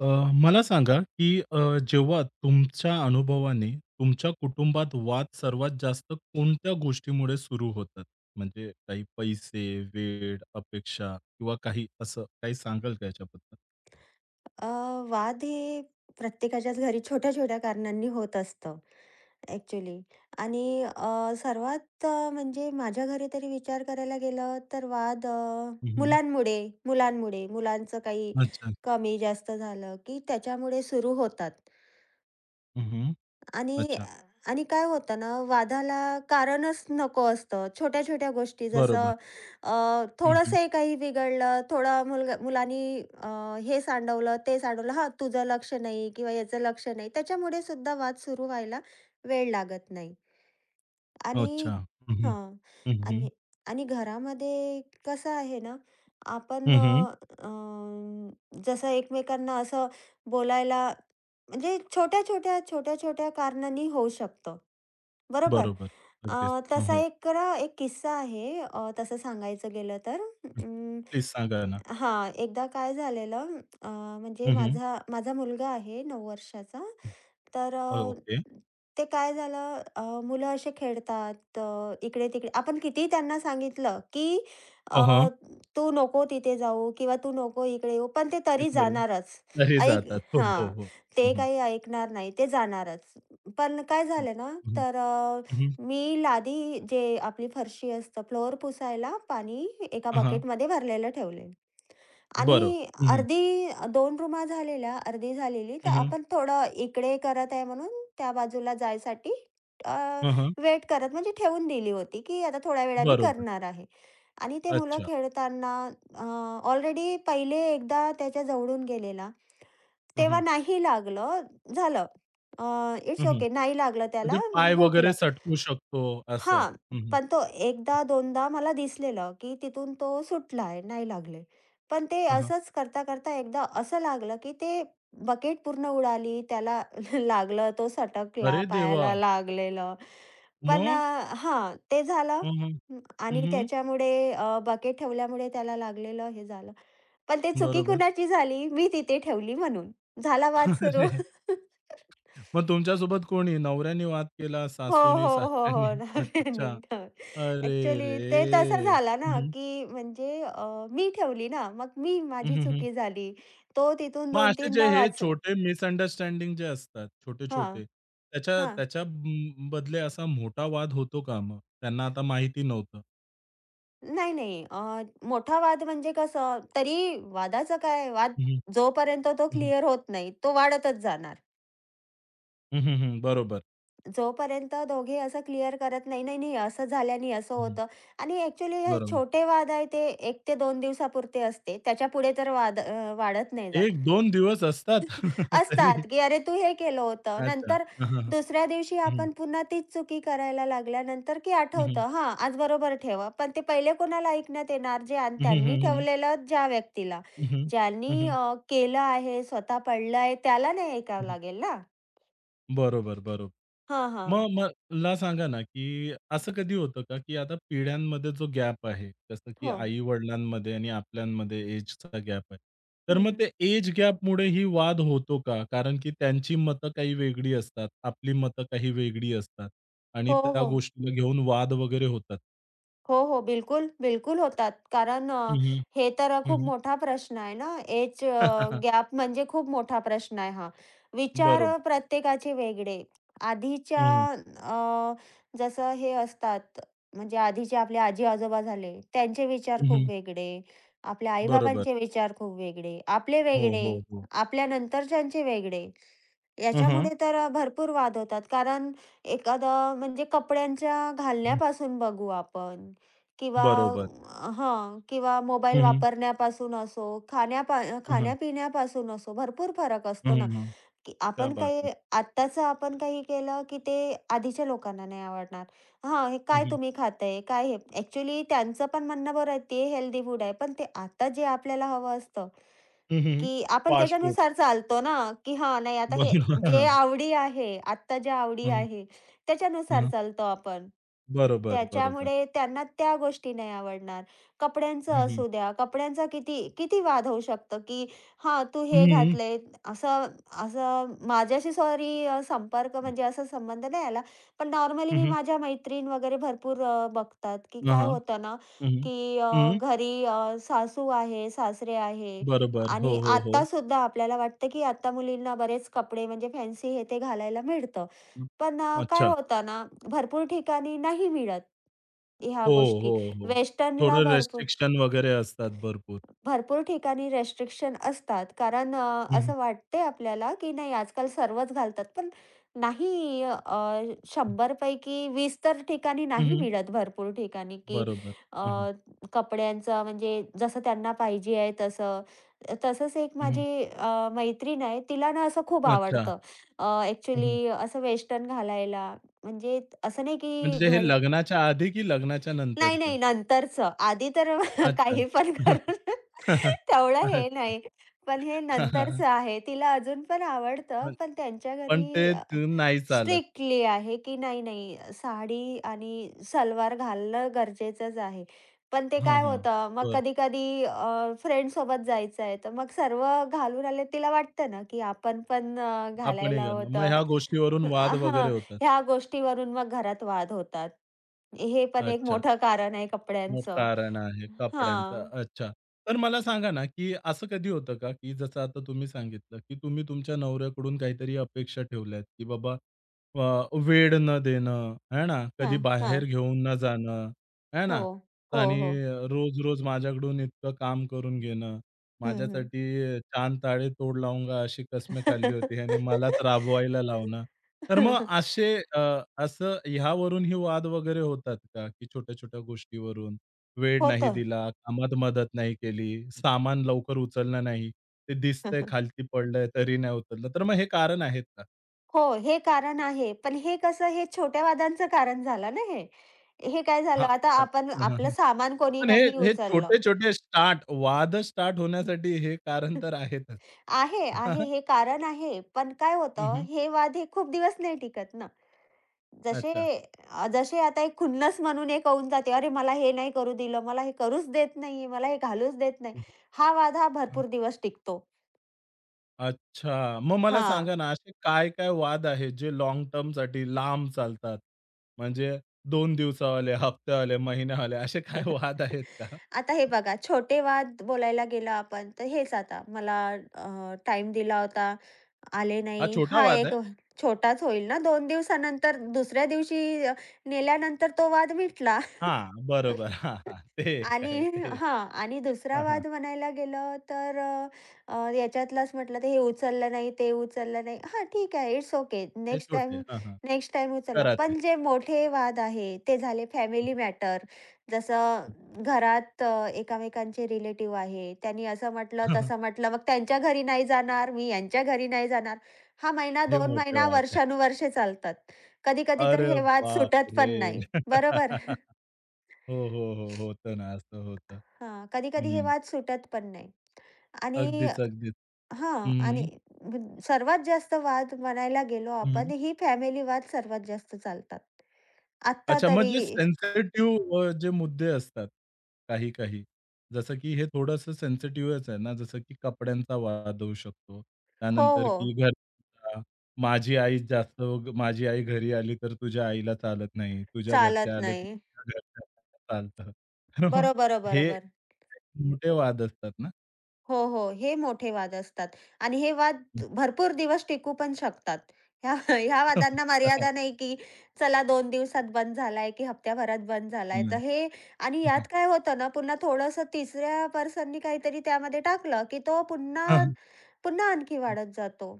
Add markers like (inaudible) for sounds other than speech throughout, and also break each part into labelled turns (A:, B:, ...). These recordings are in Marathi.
A: अ, मला सांगा, की जेव्हा तुमच्या अनुभवाने तुमच्या कुटुंबात वाद सर्वात जास्त कोणत्या गोष्टीमुळे सुरू होतात? म्हणजे काही पैसे, वेळ, अपेक्षा किंवा काही असं काही सांगाल का याच्याबद्दल?
B: अ, वाद हे प्रत्येकाच्याच घरी छोट्या-छोट्या कारणांनी होत असतं ॲक्चुअली. आणि सर्वात म्हणजे माझ्या घरी तरी विचार करायला गेलं तर वाद,
A: हं,
B: मुलांमुळे, मुलांमुळे, मुलांचं काही
A: अच्छा.
B: कमी जास्त झालं की त्याच्यामुळे सुरू होतात.
A: हं,
B: आणि
A: अच्छा.
B: आणि काय होतं ना, वादाला कारणच नको असतं. छोट्या-छोट्या गोष्टी
A: बरोबर.
B: जसं, अ,
A: हं,
B: थोडंसंही काही बिघडलं, थोडा मुलगा मुलानी अ, हे सांडवलं, ते सांडवलं. हां, तुझं लक्ष नाही किंवा याचं लक्ष नाही. त्याच्यामुळे सुद्धा वाद सुरू व्हायला वेळ लागत नाही. आणि
A: अच्छा. हं, हं.
B: हां.
A: हं,
B: आणि आणि घरामध्ये कसं आहे ना, आपण, अ, अ, जसं एकमेकांना असं बोलायला म्हणजे छोट्या-छोट्या कारणांनी होऊ शकतं. बरोबर.
A: बरोबर.
B: अ,
A: अगदीच. हो,
B: तसा
A: हो.
B: एक ना एक किस्सा आहे, तसं सांगायचं गेलं तर अं,
A: प्लीज सांगा ना.
B: हां, एकदा काय झालेलं, अ, म्हणजे
A: हं,
B: माझा माझा मुलगा आहे 9 वर्षाचा. तर
A: ओके.
B: ते काय झालं, मुलं असे खेळतात इकडे-तिकडे. आपण कितीही त्यांना सांगितलं, की अ,
A: हां,
B: "तू नको तिथे जाऊ किंवा तू नको इकडे येऊ." पण ते
A: ते
B: तरी
A: करू
B: जाणारच.
A: तरी
B: ऐक,
A: जातात. हो, हो,
B: हां,
A: हो.
B: ते
A: हं,
B: काही ऐकणार नाही. ते जाणारच. पण काय झालं ना, तर
A: हं, हं.
B: मी लादी जे आपली फरशी असतं, फ्लोअर पुसायला पाणी एका
A: हां,
B: बकेटमध्ये भरलेलं ठेवले.
A: बरं.
B: आणि अर्धी 2 रूमा झालेल्या, अर्धी झालेली, तर
A: हं, हं.
B: आपण थोडं इकडे करत आहे म्हणून त्या बाजूला जायसाठी अ,
A: हं, हं.
B: वेट करत म्हणजे ठेवून दिली होती, की आता थोड्या वेळाने
A: बरोबर.
B: करणार आहे. आणि ते मुलं
A: अच्छा.
B: खेळताना अ, ऑलरेडी पहिले एकदा त्याच्या जवळून गेलेला.
A: हं,
B: तेव्हा
A: हं.
B: नाही लागलं, झालं.
A: हं,
B: इट्स
A: हं.
B: ओके, नाही लागलं त्याला,
A: म्हणजे पाय वगैरे
B: हुकलं.
A: सटकू शकतो असं.
B: हां,
A: हं, हं.
B: पण तो एकदा दोनदा मला दिसलेलं, की तिथून तो सुटलाय, नाही लागले. पण ते
A: हं, हं.
B: असंच करता-करता एकदा असं लागलं, की ते बकेट पूर्ण उडाली, त्याला (laughs) लागलं, तो सटकला,
A: अरे देवा!
B: पायाला लागलेलं. पण
A: मग?
B: हां, ते झालं.
A: हं, हं.
B: हं,
A: हं,
B: आणि
A: हं.
B: त्याच्यामुळे, बकेट ठेवल्यामुळे त्याला लागलेलं हे झालं. पण ते चुकी
A: बरोबर.
B: कुणाची झाली? मी तिथे ठेवली म्हणून. झाला वाद
A: (laughs)
B: सुरू.
A: अरे!
B: (laughs)
A: मग तुमच्यासोबत कोणी नवऱ्याने वाद केला,
B: हो,
A: सासूने,
B: हो, हो,
A: सासऱ्याने?
B: हो. (laughs) नव्याने
A: अच्छा.
B: ठेव.
A: अरे
B: ॲक्चुअली ते तसं
A: रे!
B: झालं
A: हं,
B: ना,
A: हं.
B: की म्हणजे मी ठेवली ना, मग मी
A: हं,
B: माझी
A: हं, हं.
B: चुकी झाली. तो तिथून
A: मग असे जे
B: 2-3दा
A: हे
B: वाचला.
A: छोटे मिसअंडरस्टँडिंग जे असतात,
B: हां,
A: छोटे-छोटे, त्याच्या
B: हां.
A: त्याच्या ब बदले असा मोठा वाद होतो का मग? त्यांना आता माहिती नव्हतं.
B: नाही, नाही. मोठा वाद म्हणजे कसं तरी वादाचं काय, वाद
A: हं, हं.
B: जोपर्यंत तो
A: हं, हं.
B: क्लिअर होत नाही, तो वाढतच जाणार.
A: हं, बरोबर.
B: जोपर्यंत दोघे असं क्लिअर करत नाही, "नाही, नाही, असं झाल्याने असं
A: हं,
B: होतं." आणि ॲक्चुअली हे
A: बरोबर.
B: छोटे वाद आहे ते 1 ते 2 दिवसापुरते असते. त्याच्यापुढे तर वाद वाढत नाही जात.
A: एक दोन दिवस असतात (laughs)
B: असतात,
A: तरी.
B: की "अरे तू हे केलं होतं."
A: अच्छा.
B: नंतर दुसऱ्या दिवशी
A: हं.
B: आपण पुन्हा तीच चुकी करायला लागल्यानंतर की
A: हं, हं.
B: आठवतं, "हां, आज बरोबर ठेवा." पण ते पहिले कोणाला ऐकण्यात येणार जे आन
A: हं, हं,
B: त्यांनी
A: हं, हं.
B: ठेवलेलं ज्या व्यक्तीला.
A: हं, हं.
B: ज्यांनी
A: हं,
B: केलं आहे, स्वतः पडलं आहे त्याला नाही ऐकावं
A: हं.
B: लागेल ना.
A: बरोबर, बरोबर.
B: हां,
A: मग
B: हां.
A: मला सांगा ना, की असं कधी होतं का, की आता पिढ्यांमध्ये जो गॅप आहे, जसं की
B: हो.
A: आई-वडिलांमध्ये आणि आपल्यांमध्ये एजचा गॅप आहे. तर
B: हं,
A: मग
B: हं.
A: ते एज गॅपमुळे ही वाद होतो का? कारण की त्यांची मतं काही वेगळी असतात, आपली मतं काही वेगळी असतात आणि
B: हो,
A: त्या
B: हो.
A: गोष्टीला घेऊन वाद वगैरे होतात.
B: हो, हो. बिलकुल, बिलकुल होतात. कारण
A: हं, हं.
B: हे तर खूप मोठा प्रश्न आहे ना, एज
A: (laughs)
B: गॅप म्हणजे खूप मोठा प्रश्न आहे हा. विचार
A: बरोबर.
B: प्रत्येकाचे वेगळे.
A: हं,
B: आधीच्या
A: हं.
B: अ, जसं हे असतात, म्हणजे आधीचे आपले आजी-आजोबा झाले, त्यांचे विचार खूप वेगळे. आपल्या आई
A: बरोबर.
B: विचार खूप वेगळे. आपले
A: हो,
B: वेगळे.
A: हो, हो.
B: आपल्या नंतरच्यांचे वेगळे.
A: हं,
B: याच्यामुळे तर भरपूर वाद होतात. कारण एखादं म्हणजे कपड्यांच्या घालण्यापासून बघू आपण, किंवा
A: बरोबर.
B: हां, किंवा मोबाईल
A: हं, हं.
B: वापरण्यापासून असो,
A: हं, हं.
B: खाण्यापिण्यापासून असो, भरपूर फरक
A: हं,
B: असतो ना,
A: हं.
B: की आपण काही, आत्ताचं आपण काही केलं, की ते आधीच्या लोकांना नाही आवडणार. हां, "हे काय तुम्ही खाताय? काय हे?" ॲक्चुअली त्यांचं पण म्हणणं बरोबर आहे, ते हेल्दी फूड आहे. पण ते आता जे आपल्याला हवं असतं,
A: हं, हं, हं.
B: की आपण
A: पासपोर्ट.
B: त्याच्यानुसार चालतो ना, की हां, नाही आता हे जे
A: बरं. (laughs)
B: आवडी आहे, आत्ता ज्या आवडी
A: हां, हां,
B: आहे,
A: हां,
B: त्याच्यानुसार
A: हां.
B: चालतो आपण.
A: बरोबर, बरोबर.
B: त्याच्यामुळे त्यांना त्या गोष्टी नाही आवडणार. कपड्यांचं
A: हं, हं.
B: असू द्या, कपड्यांचा किती किती वाद होऊ शकतो, की "हां, तू हे
A: हं,
B: घातलंय." असं असं माझ्याशी सॉरी संपर्क म्हणजे असा संबंध नाही आला. पण नॉर्मली
A: हं,
B: मी
A: हं.
B: माझ्या मैत्रीण वगैरे भरपूर बघतात, की
A: हां,
B: काय
A: हां.
B: होतं ना,
A: हं, हं.
B: की
A: हं.
B: घरी सासू आहे, सासरे आहे,
A: बरोबर. हो,
B: आणि
A: हो, हो.
B: आता सुद्धा आपल्याला वाटतं, की आता मुलींना बरेच कपडे म्हणजे फॅन्सी हे ते घालायला मिळतं.
A: हं.
B: पण काय
A: अच्छा.
B: होतं ना, भरपूर ठिकाणी नाही मिळत ह्या
A: हो,
B: गोष्टी.
A: हो, हो.
B: वेस्टर्नला
A: थोडं
B: भरपूर,
A: रिस्ट्रिक्शन वगैरे असतात भरपूर.
B: भरपूर ठिकाणी रिस्ट्रिक्शन असतात. कारण
A: हं, हं.
B: असं वाटते आपल्याला, की नाही आजकाल सर्वच घालतात. पण नाही,
A: हं,
B: 100 पैकी 20 तर ठिकाणी
A: हं,
B: नाही
A: हं.
B: मिळत भरपूर ठिकाणी, की
A: बरोबर. हं, हं.
B: अ, कपड्यांचं म्हणजे जसं त्यांना पाहिजे आहे तसं. तसंच एक
A: हं, हं.
B: माझी मैत्रीण आहे, तिला ना असं खूप
A: अच्छा.
B: आवडतं. अ,
A: हं, हं.
B: असं वेस्टर्न घालायला. म्हणजे असं नाही की
A: म्हणजे हे
B: घरी
A: लग्नाच्या आधी की लग्नाच्या
B: नाही,
A: नंतरचं?
B: नाही नंतरचं. आधी तर (laughs)
A: अच्छा.
B: काही पण करून
A: (laughs)
B: (laughs) तेवढं हे
A: अच्छा.
B: नाही. पण हे
A: हां, हां.
B: नंतरचं आहे. तिला अजून पण आवडतं,
A: पण
B: पण त्यांच्या
A: पण ते
B: घरी
A: नाहीच चालत.
B: स्ट्रिक्टली आहे, की नाही, नाही साडी आणि सलवार घालणं गरजेचंच आहे. पण ते
A: हां,
B: काय
A: हां.
B: होतं, मग
A: बरं.
B: कधी-कधी फ्रेंडसोबत जायचं आहे, तर मग सर्व घालून आले तिला वाटतं ना, की आपण पण
A: आपणही
B: घालायला हवं.
A: घेणार. मग ह्या गोष्टीवरून वाद वगैरे
B: हां,
A: होतात.
B: ह्या गोष्टीवरून मग घरात वाद होतात. हे पण एक
A: अच्छा.
B: मोठं कारण आहे
A: मग
B: कपड्यांचं.
A: कारण आहे कपड्यांचं.
B: हां,
A: अच्छा. तर मला सांगा ना, की असं कधी होतं का, की जसं आता तुम्ही सांगितलं, की तुम्ही तुमच्या नवऱ्याकडून काहीतरी अपेक्षा ठेवल्यात, की बाबा वेड न देणं, आहे ना, कधी
B: हां,
A: बाहेर
B: हां.
A: घेऊन न जाणं, आहे
B: हो,
A: ना?
B: हो,
A: आणि
B: हो.
A: रोज-रोज माझ्याकडून इतकं काम करून घेणं,
B: हं, हं.
A: माझ्यासाठी चांद ताळे तोड लावूंगा अशी कसमे खाल्ली होती आणि मलाच राबवायला लावणं. तर मग
B: (laughs)
A: असे असं ह्यावरूनही वाद वगैरे होतात का, की छोट्या-छोट्या गोष्टीवरून? वेळ नाही
B: होतं.
A: दिला, कामात मदत नाही केली, सामान लवकर उचललं नाही. ते दिसतंय
B: (laughs)
A: खालती पडलंय तरी नाही उचललं. तर मग हे कारण आहेत का?
B: हो, हे कारण आहे. पण हे कसं, हे छोट्या वादांचं कारण झालं ना हे. हे काय झालं
A: हां,
B: आता,
A: पण
B: आपण
A: (laughs) हं, हं,
B: आपलं
A: हं.
B: सामान कोणी
A: पण हे
B: नाही
A: हे
B: उचललं.
A: छोटे-छोटे स्टार्ट वाद स्टार्ट होण्यासाठी हे कारण
B: (laughs)
A: तर आहेतच.
B: आहे, आहे.
A: (laughs)
B: हे कारण आहे. पण काय
A: हं,
B: होतं,
A: हं.
B: हे वादे खूप दिवस नाही टिकत ना. जसे,
A: अच्छा.
B: जसे आता एक खुन्नस म्हणून एक होऊन जाते, "अरे मला हे नाही करू दिलं, मला हे करूच देत नाहीये, मला हे घालूच देत नाही." हा वाद हा
A: हां.
B: भरपूर दिवस टिकतो.
A: अच्छा. मग मला
B: हां.
A: सांगा ना असे काय-काय वाद आहेत जे लाँग टर्मसाठी लांब चालतात? म्हणजे 2 दिवसावाले, हफ्त्यावाले, महिन्यावाले असे काय
B: (laughs)
A: वाद आहेत का?
B: आता हे बघा, छोटे वाद बोलायला गेलो आपण, तर हेच आता मला अ, दिला होता, आले
A: हा
B: नाही.
A: छोटा
B: हा
A: वाद
B: एक
A: आहे.
B: छोटाच होईल ना, 2 दिवसानंतर दुसऱ्या दिवशी नेल्यानंतर तो वाद मिटला.
A: हां, बरोबर. हां, हां. ते एक
B: आणि
A: आहे ते.
B: हां, आणि दुसरा
A: हां, हां.
B: वाद म्हणायला गेलं तर अ, अ, याच्यातलाच म्हटलं तर हे उचललं नाही, ते उचललं नाही. हां, ठीक आहे. It's okay.
A: हे
B: नेक्स्ट
A: छोटे.
B: टाईम
A: हां, हां.
B: नेक्स्ट टाईम उचललं.
A: करा ते.
B: पण जे मोठे वाद आहे ते झाले फॅमिली मॅटर. जसं
A: (laughs)
B: घरात एकामेकांचे रिलेटिव्ह आहे. त्यांनी असं म्हटलं,
A: हां, हां.
B: तसं म्हटलं. मग त्यांच्या घरी नाही जाणार, मी यांच्या घरी नाही जाणार. हा महिना,
A: हे
B: 2
A: मोठे
B: महिना,
A: वाद.
B: वर्षानुवर्षे चालतात. कधी-कधी तर
A: अरे
B: हे वाद सुटत
A: बापरे!
B: पण नाही. बरोबर?
A: (laughs) हो, हो, हो. होतं ना, असं होतं.
B: हां, कधी-कधी हे
A: हं.
B: वाद सुटत पण नाही. आणि
A: अगदीच, अगदीच.
B: हां,
A: हं,
B: आणि
A: हं.
B: सर्वात जास्त वाद म्हणायला गेलो आपण,
A: हं.
B: ही फॅमिली वाद सर्वात जास्त चालतात. आत्ता
A: अच्छा, मग
B: तरी
A: जे सेन्सिटिव्ह जे मुद्दे असतात काही, काही. जसं की हे थोडंसं सेन्सिटिव्हच आहे ना, जसं की कपड्यांचा वाद होऊ शकतो.
B: हो,
A: त्यानंतर
B: हो.
A: की घर माझी आई जास्त माझी आई घरी आली तर तुझ्या आईला चालत नाही. तुझ्या घरचे
B: चालत
A: आले तर
B: नाही.
A: तुझ्या घरच्यांना चालतं. (laughs) तर मग
B: बरोबर,
A: हे
B: बरोबर.
A: मोठे वाद असतात ना.
B: हो, हो. हे मोठे वाद असतात आणि हे वाद भरपूर दिवस टिकू पण शकतात. ह्या (laughs) ह्या वादांना मर्यादा
A: (laughs)
B: नाही, की चला 2 दिवसात बंद झालाय, की हप्त्याभरात बंद झालाय. तर
A: नाही.
B: हे, आणि यात काय होतं ना, पुन्हा थोडंसं तिसऱ्या पर्सननी काहीतरी त्यामध्ये टाकलं, की तो पुन्हा पुन्हा आणखी वाढत जातो.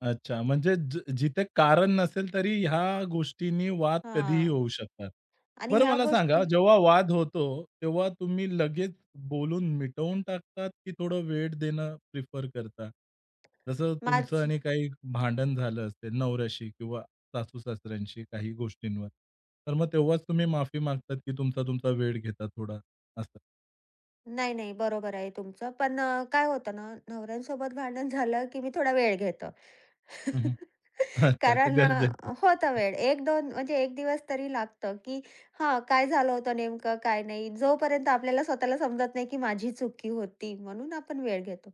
A: अच्छा, म्हणजे ज जिथे कारण नसेल तरी ह्या गोष्टींनी वाद कधीही
B: हां.
A: होऊ शकतात.
B: आणि
A: बरं
B: ह्या
A: मला सांगा
B: गोष्टी
A: जेव्हा वाद होतो, तेव्हा तुम्ही लगेच बोलून मिटवून टाकतात, की थोडं वेळ देणं प्रिफर करता? जसं
B: माझ
A: तुमचं आणि काही भांडण झालं असेल नवऱ्याशी किंवा सासू-सासऱ्यांशी काही गोष्टींवर, तर मग तेव्हाच तुम्ही माफी मागतात, की तुमचा तुमचा वेळ घेता थोडा असं?
B: नाही, नाही. बरोबर आहे तुमचं. पण काय होतं ना, नवऱ्यांसोबत भांडण झालं, की मी थोडा वेळ घेतो.
A: हं,
B: (laughs)
A: अच्छा, तर
B: कारण
A: गरजेचं.
B: होता वेळ. 1-2 म्हणजे 1 दिवस तरी लागतं, की हां, काय झालं होतं नेमकं, काय नाही. जोपर्यंत आपल्याला स्वतःला समजत नाही, की माझी चुकी होती, म्हणून आपण वेळ घेतो.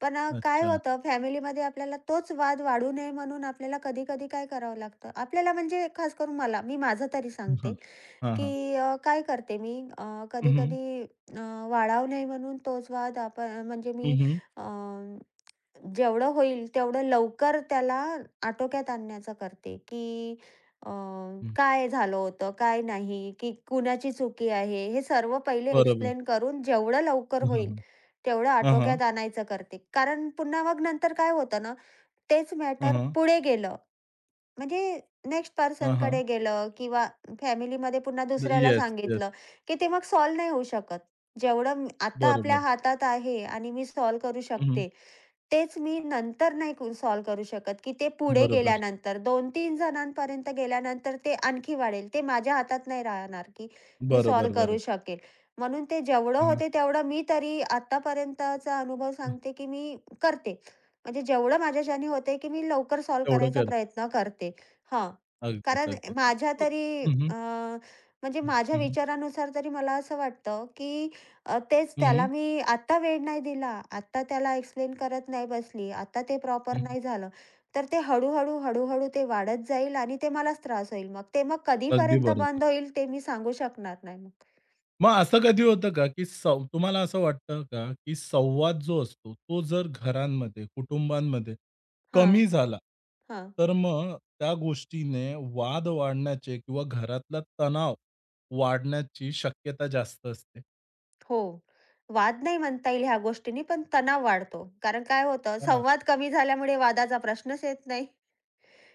B: पण काय
A: अच्छा.
B: होतं, फॅमिलीमध्ये आपल्याला तोच वाद वाढू नये म्हणून आपल्याला कधी-कधी काय करावं लागतं. आपल्याला म्हणजे खास करून मला, मी माझं तरी सांगते,
A: हां. हां, हां.
B: की काय करते मी
A: हं, हं.
B: कधी-कधी, वाढावू नये म्हणून तोच वाद आपण म्हणजे मी
A: हं,
B: जेवढं होईल तेवढं लवकर त्याला आटोक्यात आणण्याचा करते, की अ, काय झालं होतं, काय नाही, की कुणाची चुकी आहे, हे सर्व पहिले
A: बरोबर.
B: एक्सप्लेन करून जेवढं लवकर
A: हं, हं,
B: होईल
A: हं.
B: तेवढं
A: हं, हं.
B: आटोक्यात आणायचं करते. कारण पुन्हा मग नंतर काय होतं ना, तेच
A: हं,
B: मॅटर
A: हं.
B: पुढे गेलं, म्हणजे नेक्स्ट
A: हं, हं.
B: पर्सनकडे गेलं किंवा फॅमिलीमध्ये पुन्हा
A: द
B: दुसऱ्याला
A: येस, येस.
B: सांगितलं, की ते मग सॉल्व्ह नाही होऊ शकत. जेवढं आता आपल्या
A: बरोबर.
B: हातात आहे आणि मी सॉल्व्ह करू
A: हं, हं.
B: शकते, तेच मी नंतर नाही सॉल्व्ह करू शकत, की ते पुढे
A: बरोबर.
B: गेल्यानंतर 2-3 जणांपर्यंत गेल्यानंतर ते आणखी वाढेल. ते माझ्या हातात नाही राहणार, की मी सॉल्व्ह
A: बरोबर,
B: करू
A: बरोबर.
B: शकेल. म्हणून ते जेवढं
A: हं, हं.
B: होते तेवढं मी तरी आत्तापर्यंतचा अनुभव
A: हं.
B: सांगते, की मी करते. म्हणजे जेवढं माझ्याच्याने होते, की मी लवकर सॉल्व्ह
A: तेवढं
B: करायचा
A: करतो.
B: प्रयत्न करते. हां,
A: अगदीच,
B: कारण
A: अगदीच.
B: माझ्या
A: अ,
B: तरी
A: हं, हं.
B: म्हणजे
A: हं,
B: माझ्या
A: हं.
B: विचारानुसार तरी मला असं वाटतं, की तेच
A: हं,
B: त्याला
A: हं.
B: मी आत्ता वेळ नाही दिला. आत्ता त्याला एक्सप्लेन करत नाही बसली. आत्ता ते प्रॉपर
A: हं, हं.
B: नाही झालं. तर ते हळूहळू ते वाढत जाईल आणि ते मलाच त्रास होईल मग. ते मग
A: अगदी
B: कधीपर्यंत
A: बरोबर.
B: बंद होईल ते मी सांगू शकणार नाही मग.
A: मग असं कधी होतं का, की सं तुम्हाला असं वाटतं का, की संवाद जो असतो, तो जर घरांमध्ये, कुटुंबांमध्ये
B: हां,
A: कमी झाला,
B: हां.
A: तर मग त्या गोष्टीने वाद वाढण्याचे किंवा घरातला तणाव वाढण्याची शक्यता जास्त असते?
B: हो. वाद नाही म्हणता येईल ह्या गोष्टींनी, पण तणाव वाढतो. कारण काय होतं,
A: हां, हां.
B: संवाद कमी झाल्यामुळे वादाचा प्रश्नच येत नाही.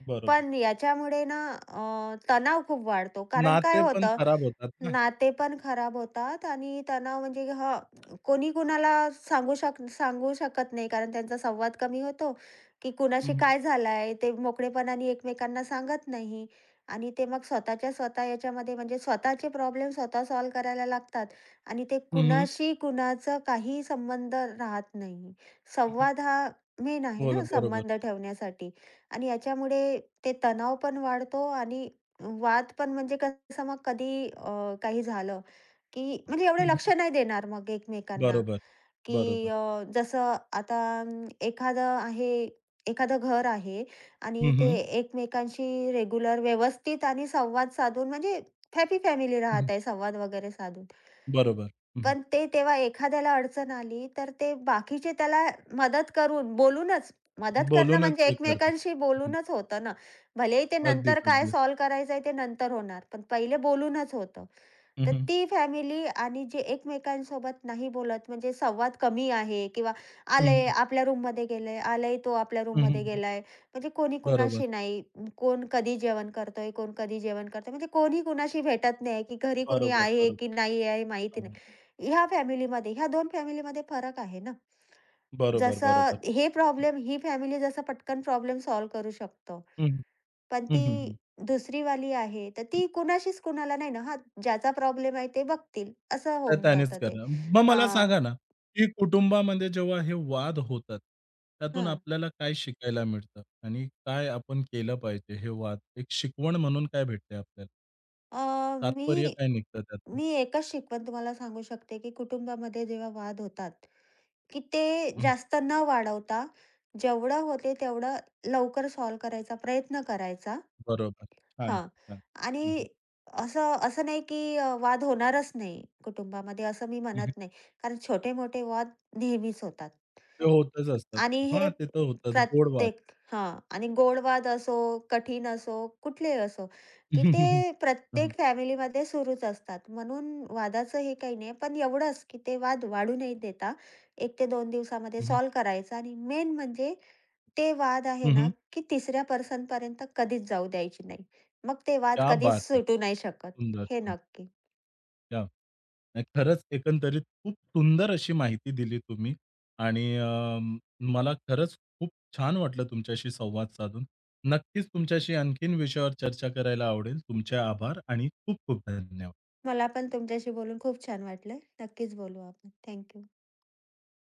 A: बरोबर.
B: पण याच्यामुळे ना अ, तणाव खूप वाढतो. कारण काय
A: नाते पण
B: होतं,
A: खराब होतात ना.
B: नाते पण खराब होतात आणि तणाव म्हणजे हां, कोणी कुणाला सांगू शकत नाही, कारण त्यांचा संवाद कमी होतो, की
A: हं,
B: कुणाशी
A: हं.
B: काय झालंय ते मोकळेपणाने एकमेकांना सांगत नाही, आणि ते मग स्वतःच्या स्वतः याच्यामध्ये म्हणजे स्वतःचे प्रॉब्लेम स्वतः सॉल्व्ह करायला लागतात आणि ते
A: हं,
B: कुणाशी कुणाचं काही संबंध राहत नाही. संवाद हा मेन आहे
A: बोल
B: ना
A: बरोबर.
B: संबंध ठेवण्यासाठी, आणि याच्यामुळे ते तणाव पण वाढतो आणि वाद पण, म्हणजे कसं मग कधी काही झालं, की म्हणजे एवढे लक्ष
A: हं,
B: नाही देणार मग एकमेकांना,
A: बरोबर.
B: की
A: बरोबर.
B: जसं आता एखादं घर आहे आणि
A: हं,
B: ते
A: हं.
B: एकमेकांशी रेग्युलर व्यवस्थित आणि संवाद साधून म्हणजे हॅपी फॅमिली
A: हं,
B: राहत
A: हं.
B: आहे, संवाद वगैरे साधून.
A: बरोबर. हं,
B: पण ते तेव्हा एखाद्याला अडचण आली, तर ते बाकीचे त्याला मदत करून बोलूनच, मदत करणं
A: बोलूनच
B: म्हणजे
A: हे करतात.
B: एकमेकांशी
A: हं,
B: बोलूनच होतं ना. भलेही ते
A: अगदीच,
B: नंतर काय
A: अगदीच.
B: सॉल्व्ह करायचंय ते नंतर होणार, पण पहिले बोलूनच होतं.
A: हं,
B: तर
A: हं.
B: ती फॅमिली, आणि जे एकमेकांसोबत नाही बोलत म्हणजे संवाद कमी आहे, किंवा
A: हं,
B: आलंय आपल्या रूममध्ये गेलंय, आलंय तो आपल्या रूममध्ये गेलाय. म्हणजे कोणी
A: बरोबर.
B: कुणाशी नाही. कोण कधी जेवण करतोय, कोण कधी जेवण करतोय. म्हणजे कोणी कुणाशी भेटत नाही, की घरी कोणी
A: बरोबर,
B: आहे की
A: बरोबर.
B: नाही आहे माहिती
A: हां.
B: नाही. ह्या फॅमिलीमध्ये, ह्या 2 फॅमिलीमध्ये फरक आहे ना.
A: बरोबर, बरोबर.
B: जसं हे
A: हं,
B: प्रॉब्लेम ही फॅमिली जसं पटकन प्रॉब्लेम सॉल्व्ह करू शकतो.
A: हं.
B: पण ती
A: हं,
B: दुसरी वाली आहे, तर ती कुणाशीच कुणाला नाही ना, हां, ज्याचा प्रॉब्लेम आहे ते बघतील, असं
A: त्या
B: होऊन
A: त्यानेच
B: जातं ते.
A: करणार. मग मला
B: हां,
A: सांगा ना, की कुटुंबामध्ये जेव्हा हे वाद होतात, त्यातून
B: हं.
A: आपल्याला काय शिकायला मिळतं आणि काय आपण केलं पाहिजे हे वाद एक शिकवण म्हणून काय भेटते आपल्याला? तात्पर्य
B: मी
A: काय निघतं त्यातून?
B: मी एकच शिकवण तुम्हाला सांगू शकते, की कुटुंबामध्ये जेव्हा वाद होतात, की ते
A: हं,
B: जास्त न वाढवता, जेवढं होते तेवढं लवकर सॉल्व्ह करायचा प्रयत्न करायचा.
A: बरोबर. छान,
B: हां.
A: छान. हं, हं.
B: आणि असं असं नाही की वाद होणारच नाही कुटुंबामध्ये असं मी
A: हं, हं.
B: म्हणत नाही. कारण छोटे-मोठे वाद नेहमीच होतात.
A: ते होतच असतात.
B: आणि हे
A: हां, ते तर होतच. गोड वाद.
B: प्रत्येक हां. आणि गोड वाद असो, कठीण असो, कुठलेही असो,
A: (laughs)
B: की
A: हं, हं,
B: ते
A: हं.
B: प्रत्येक फॅमिलीमध्ये सुरूच असतात. म्हणून वादाचं हे काही नाही. पण एवढंच की ते वाद वाढू नाही देता 1 ते 2 दिवसामध्ये
A: हं, हं.
B: सॉल्व्ह करायचा आणि मेन म्हणजे ते वाद आहे
A: हं,
B: ना,
A: हं.
B: की तिसऱ्या पर्सनपर्यंत कधीच जाऊ द्यायची नाही. मग ते वाद
A: क्या
B: कधीच
A: बात है!
B: सुटू नाही शकत.
A: सुंदर,
B: हे
A: सुंदर.
B: नक्की.
A: या. नाही खरंच एकंदरीत खूप सुंदर अशी माहिती दिली तुम्ही आणि अं, मला खरंच खूप छान वाटलं तुमच्याशी संवाद साधून. नक्कीच तुमच्याशी आणखीन विषयावर चर्चा करायला आवडेल. तुमचे आभार आणि खूप खूप धन्यवाद.
B: मला पण तुमच्याशी बोलून खूप छान वाटलं. नक्कीच बोलू आपण. थँक